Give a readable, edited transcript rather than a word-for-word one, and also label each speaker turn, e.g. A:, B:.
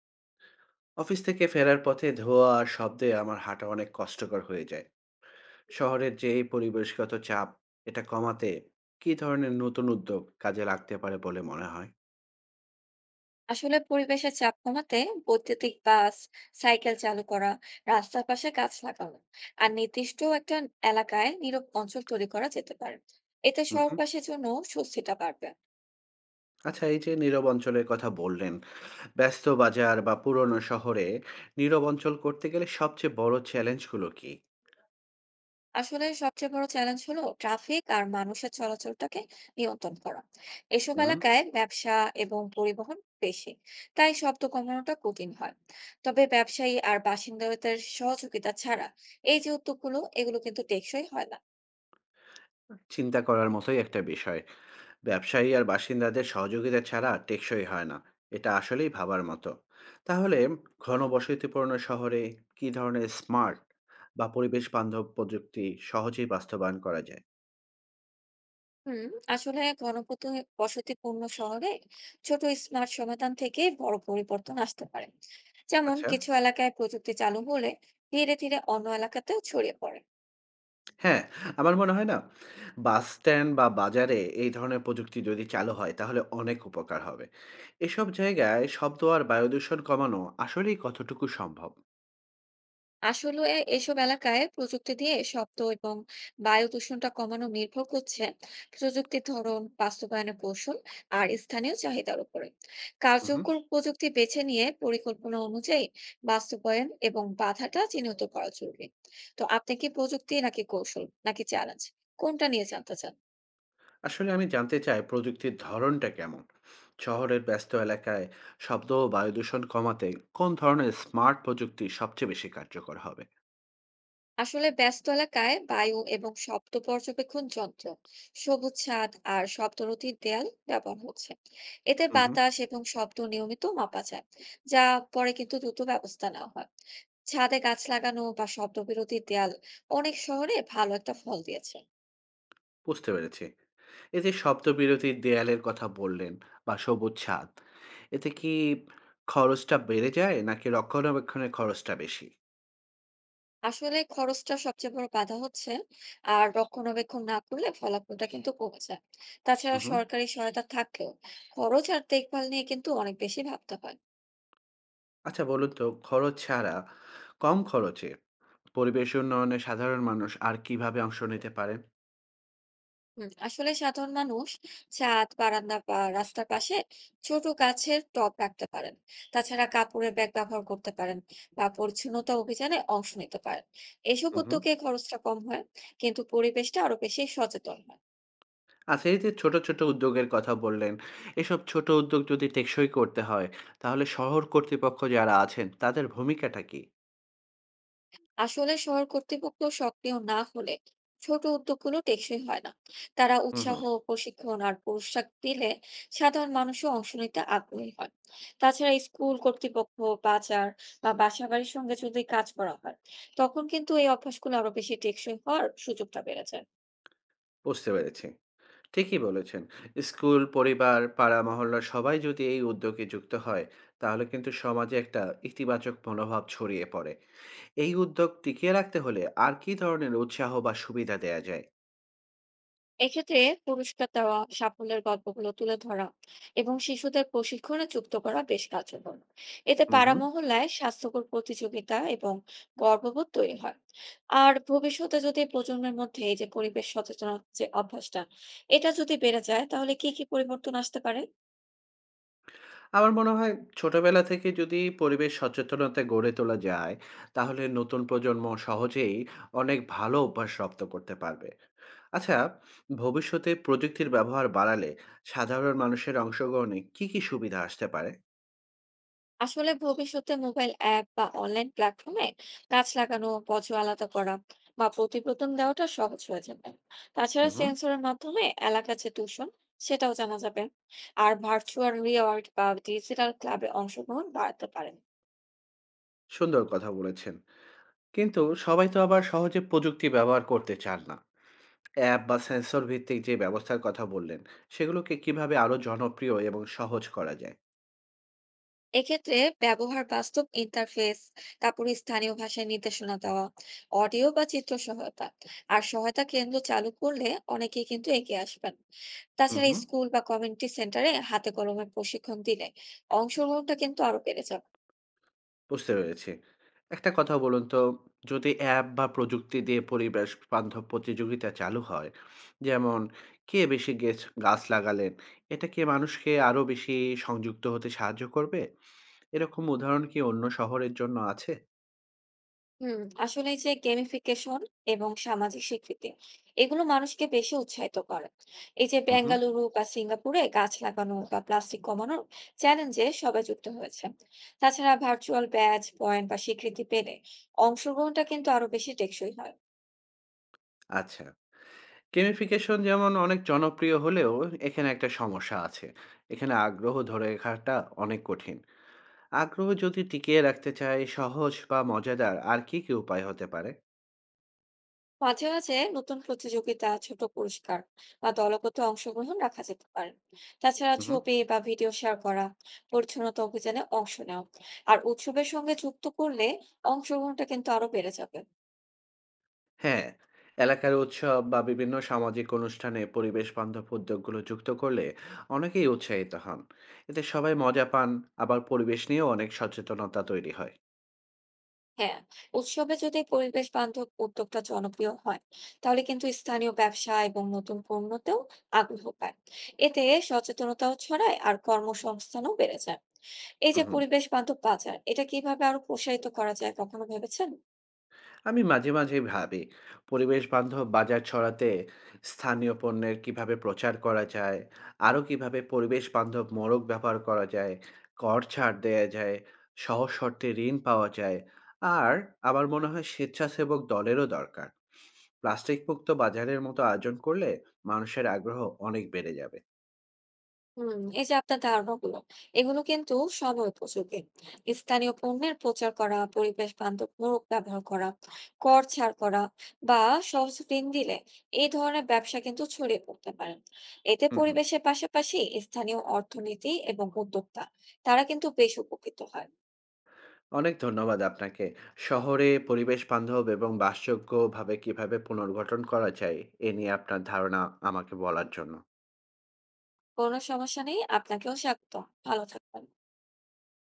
A: Office থেকে ফেরার পথে ধোঁয়া আর শব্দে আমার হাঁটা অনেক কষ্টকর হয়ে যায়। শহরের যে এই পরিবেশগত চাপ এটা কমাতে কি ধরনের নতুন উদ্যোগ কাজে লাগতে পারে বলে মনে হয়?
B: আসলে পরিবেশের চাপ কমাতে বৈদ্যুতিক বাস, সাইকেল চালু করা, রাস্তার পাশে গাছ লাগানো, আর নির্দিষ্ট একটা এলাকায় নীরব অঞ্চল তৈরি করা যেতে পারে। এতে
A: হুম হুম।
B: শহরবাসীর জন্য স্বস্তিটা বাড়বে।
A: আচ্ছা, এই যে নীরব অঞ্চলের কথা বললেন, ব্যস্ত বাজার বা পুরনো শহরে নীরব অঞ্চল করতে গেলে সবচেয়ে বড় চ্যালেঞ্জগুলো কি?
B: আসলে সবচেয়ে বড় চ্যালেঞ্জ হলো ট্রাফিক আর মানুষের চলাচলটাকে নিয়ন্ত্রণ করা। এসব
A: হুম।
B: এলাকায় ব্যবসা এবং পরিবহন বেশি, তাই শব্দ কমানোটা কঠিন হয়। তবে ব্যবসায়ী আর বাসিন্দাদের সহযোগিতা ছাড়া এই যে উদ্যোগগুলো, এগুলো কিন্তু টেকসই হয় না।
A: চিন্তা করার মতোই একটা বিষয়। ব্যবসায়ী আর বাসিন্দাদের সহযোগিতা ছাড়া টেকসই হয় না, এটা আসলেই ভাবার মতো। তাহলে ঘনবসতিপূর্ণ শহরে কি ধরনের স্মার্ট বা পরিবেশ বান্ধব প্রযুক্তি সহজেই বাস্তবায়ন করা যায়?
B: হুম আসলে বসতিপূর্ণ শহরে ছোট স্মার্ট সমাধান থেকে বড় পরিবর্তন আসতে পারে। যেমন
A: আচ্ছা।
B: কিছু এলাকায় প্রযুক্তি চালু হলে ধীরে ধীরে অন্য এলাকাতেও ছড়িয়ে পড়ে।
A: হ্যাঁ। আমার মনে হয় না বাস স্ট্যান্ড বা বাজারে এই ধরনের প্রযুক্তি যদি চালু হয় তাহলে অনেক উপকার হবে। এসব জায়গায় শব্দ আর বায়ু দূষণ কমানো আসলেই কতটুকু সম্ভব?
B: আসলে এসব এলাকায় প্রযুক্তি দিয়ে শব্দ এবং বায়ু দূষণটা কমানো নির্ভর করছে প্রযুক্তির ধরন, বাস্তবায়নের কৌশল আর স্থানীয় চাহিদার উপরে।
A: হুম।
B: কার্যকর প্রযুক্তি বেছে নিয়ে পরিকল্পনা অনুযায়ী বাস্তবায়ন এবং বাধাটা চিহ্নিত করা জরুরি। তো আপনি কি প্রযুক্তি নাকি কৌশল নাকি চ্যালেঞ্জ, কোনটা নিয়ে জানতে চান?
A: আসলে আমি জানতে চাই প্রযুক্তির ধরনটা কেমন? শহরের ব্যস্ত এলাকায় শব্দ ও বায়ু দূষণ কমাতে কোন ধরনের স্মার্ট প্রযুক্তি সবচেয়ে বেশি কার্যকর হবে?
B: আসলে ব্যস্ত এলাকায় বায়ু এবং শব্দ পর্যবেক্ষণ যন্ত্র, সবুজ ছাদ আর শব্দরোধী দেয়াল ব্যবহার হচ্ছে। এতে
A: হুম, হুম।
B: বাতাস এবং শব্দ নিয়মিত মাপা যায়, যা পরে কিন্তু দ্রুত ব্যবস্থা নেওয়া হয়। ছাদে গাছ লাগানো বা শব্দ বিরোধী দেয়াল অনেক শহরে ভালো একটা ফল দিয়েছে।
A: বুঝতে পেরেছি। এই যে শব্দ বিরতির দেয়ালের কথা বললেন বা সবুজ ছাদ, এতে কি খরচটা বেড়ে যায় নাকি রক্ষণাবেক্ষণের খরচটা বেশি?
B: আসলে খরচটা সবচেয়ে বড় বাধা হচ্ছে, আর রক্ষণাবেক্ষণ না করলে ফলাফলটা কিন্তু কমে যায়। তাছাড়া
A: হুম, হুম।
B: সরকারি সহায়তা থাকলেও খরচ আর দেখভাল নিয়ে কিন্তু অনেক বেশি ভাবতে হয়।
A: আচ্ছা, বলুন তো, খরচ ছাড়া কম খরচে পরিবেশ উন্নয়নে সাধারণ মানুষ আর কিভাবে অংশ নিতে পারেন?
B: আসলে সাধারণ মানুষ ছাদ, বারান্দা বা রাস্তার পাশে ছোট গাছের টব রাখতে পারেন। তাছাড়া কাপড়ের ব্যাগ ব্যবহার করতে পারেন বা পরিচ্ছন্নতা অভিযানে অংশ নিতে পারেন। এসব
A: হুম, হুম।
B: উদ্যোগে খরচটা কম হয়, কিন্তু পরিবেশটা আরো বেশি সচেতন হয়।
A: আচ্ছা, এই যে ছোট, ছোট উদ্যোগের কথা বললেন, এসব ছোট উদ্যোগ যদি টেকসই করতে হয়, তাহলে শহর কর্তৃপক্ষ যারা আছেন তাদের ভূমিকাটা কি?
B: আসলে শহর কর্তৃপক্ষ সক্রিয় না হলে ছোট উদ্যোগগুলো টেকসই হয় না। তারা
A: হুম,
B: উৎসাহ,
A: হুম।
B: প্রশিক্ষণ আর পুরস্কার দিলে সাধারণ মানুষও অংশ নিতে আগ্রহী হয়। তাছাড়া স্কুল কর্তৃপক্ষ, বাজার বা বাসা বাড়ির সঙ্গে যদি কাজ করা হয়, তখন কিন্তু এই অভ্যাসগুলো আরো বেশি টেকসই হওয়ার সুযোগটা বেড়ে যায়।
A: বুঝতে পেরেছি। ঠিকই বলেছেন। স্কুল, পরিবার, পাড়া, মহল্লার সবাই যদি এই উদ্যোগে যুক্ত হয়, তাহলে কিন্তু সমাজে একটা ইতিবাচক মনোভাব ছড়িয়ে পড়ে। এই উদ্যোগ টিকিয়ে রাখতে হলে আর কী ধরনের উৎসাহ বা সুবিধা দেয়া যায়?
B: এক্ষেত্রে পুরস্কার দেওয়া, সাফল্যের গল্পগুলো তুলে ধরা এবং শিশুদের প্রশিক্ষণে যুক্ত করা বেশ কার্যকর। এতে
A: হুম,
B: পাড়া
A: হুম।
B: মহল্লায় স্বাস্থ্যকর প্রতিযোগিতা এবং গর্ববোধ তৈরি হয়। আর ভবিষ্যতে যদি প্রজন্মের মধ্যে এই যে পরিবেশ সচেতনতা, যে অভ্যাসটা, এটা যদি বেড়ে যায়, তাহলে কি কি পরিবর্তন আসতে পারে?
A: আমার মনে হয় ছোটবেলা থেকে যদি পরিবেশ সচেতনতা গড়ে তোলা যায়, তাহলে নতুন প্রজন্ম সহজেই অনেক ভালো অভ্যাস রপ্ত করতে পারবে। আচ্ছা, ভবিষ্যতে প্রযুক্তির ব্যবহার বাড়ালে সাধারণ মানুষের অংশগ্রহণে কি কি সুবিধা আসতে পারে?
B: আসলে ভবিষ্যতে মোবাইল অ্যাপ বা অনলাইন প্ল্যাটফর্মে গাছ লাগানো, বর্জ্য আলাদা করা বা প্রতিবেদন দেওয়াটা সহজ হয়ে যাবে। তাছাড়া
A: হুম।
B: সেন্সরের মাধ্যমে এলাকার যে দূষণ, সেটাও জানা যাবে। আর ভার্চুয়াল রিওয়ার্ড বা ডিজিটাল ক্লাবে অংশগ্রহণ বাড়াতে পারেন।
A: সুন্দর কথা বলেছেন, কিন্তু সবাই তো আবার সহজে প্রযুক্তি ব্যবহার করতে চান না। অ্যাপ বা সেন্সর ভিত্তিক যে ব্যবস্থার কথা বললেন, সেগুলোকে কিভাবে আরো জনপ্রিয় এবং সহজ করা যায়?
B: এক্ষেত্রে ব্যবহার বাস্তব ইন্টারফেস, তারপর স্থানীয় ভাষায় নির্দেশনা দেওয়া, অডিও বা চিত্র সহায়তা আর সহায়তা কেন্দ্র চালু করলে অনেকেই কিন্তু এগিয়ে আসবেন। তাছাড়া
A: হুম।
B: স্কুল বা কমিউনিটি সেন্টারে হাতে কলমে প্রশিক্ষণ দিলে অংশগ্রহণটা কিন্তু আরো বেড়ে যাবে।
A: বুঝতে পেরেছি। একটা কথা বলুন তো, যদি অ্যাপ বা প্রযুক্তি দিয়ে পরিবেশ বান্ধব প্রতিযোগিতা চালু হয়, যেমন কে বেশি গাছ লাগালেন, এটা কি মানুষকে আরো বেশি সংযুক্ত হতে সাহায্য করবে? এরকম উদাহরণ কি অন্য শহরের জন্য আছে?
B: আসলে এই যে গেমিফিকেশন এবং সামাজিক স্বীকৃতি, এগুলো মানুষকে বেশি উৎসাহিত করে। এই যে
A: উহু।
B: বেঙ্গালুরু বা সিঙ্গাপুরে গাছ লাগানো বা প্লাস্টিক কমানোর চ্যালেঞ্জে সবাই যুক্ত হয়েছে। তাছাড়া ভার্চুয়াল ব্যাচ পয়েন্ট বা স্বীকৃতি পেলে অংশগ্রহণটা কিন্তু আরো বেশি টেকসই হয়।
A: আচ্ছা। গেমিফিকেশন যেমন অনেক জনপ্রিয় হলেও এখানে একটা সমস্যা আছে। এখানে আগ্রহ ধরে রাখাটা অনেক কঠিন। আগ্রহ যদি টিকিয়ে রাখতে চাই, সহজ বা মজাদার আর কি, কি উপায় হতে পারে?
B: মাঝে মাঝে নতুন প্রতিযোগিতা, ছোট পুরস্কার বা দলগত অংশগ্রহণ রাখা যেতে পারে। তাছাড়া
A: উহু।
B: ছবি বা ভিডিও শেয়ার করা, পরিচ্ছন্নতা অভিযানে অংশ নেওয়া আর উৎসবের সঙ্গে যুক্ত করলে অংশগ্রহণটা কিন্তু আরো বেড়ে যাবে।
A: হ্যাঁ, এলাকার উৎসব বা বিভিন্ন সামাজিক অনুষ্ঠানে পরিবেশবান্ধব উদ্যোগগুলো যুক্ত করলে অনেকেই উৎসাহিত হন। এতে সবাই মজা পান, আবার পরিবেশ নিয়েও অনেক সচেতনতা তৈরি হয়।
B: হ্যাঁ, উৎসবে যদি পরিবেশ বান্ধব উদ্যোগটা জনপ্রিয় হয়, তাহলে কিন্তু স্থানীয় ব্যবসা এবং নতুন পণ্যতেও আগ্রহ পায়। এতে সচেতনতাও ছড়ায় আর কর্মসংস্থানও বেড়ে যায়। এই যে
A: হুম হুম।
B: পরিবেশ বান্ধব বাজার, এটা কিভাবে আরো প্রসারিত করা যায়, কখনো ভেবেছেন?
A: আমি মাঝে মাঝে ভাবি পরিবেশবান্ধব বাজার ছড়াতে স্থানীয় পণ্যের কিভাবে প্রচার করা যায়, আরও কিভাবে পরিবেশবান্ধব মোড়ক ব্যবহার করা যায়, কর ছাড় দেয়া যায়, সহজ শর্তে ঋণ পাওয়া যায়। আর আমার মনে হয় স্বেচ্ছাসেবক দলেরও দরকার। প্লাস্টিক মুক্ত বাজারের মতো আয়োজন করলে মানুষের আগ্রহ অনেক বেড়ে যাবে।
B: এই যে আপনার ধারণাগুলো, এগুলো কিন্তু সময় উপযোগী। স্থানীয় পণ্যের প্রচার করা, পরিবেশ বান্ধব মোড়ক ব্যবহার করা, কর ছাড় করা বা সহজ ঋণ দিলে এই ধরনের ব্যবসা কিন্তু ছড়িয়ে পড়তে পারেন। এতে
A: হুম হুম।
B: পরিবেশের পাশাপাশি স্থানীয় অর্থনীতি এবং উদ্যোক্তা, তারা কিন্তু বেশ উপকৃত হয়।
A: অনেক ধন্যবাদ আপনাকে, শহরে পরিবেশ বান্ধব এবং বাসযোগ্যভাবে কিভাবে পুনর্গঠন করা যায় এ নিয়ে আপনার ধারণা আমাকে বলার জন্য।
B: কোনো সমস্যা নেই, আপনাকেও স্বাগত। ভালো থাকবেন।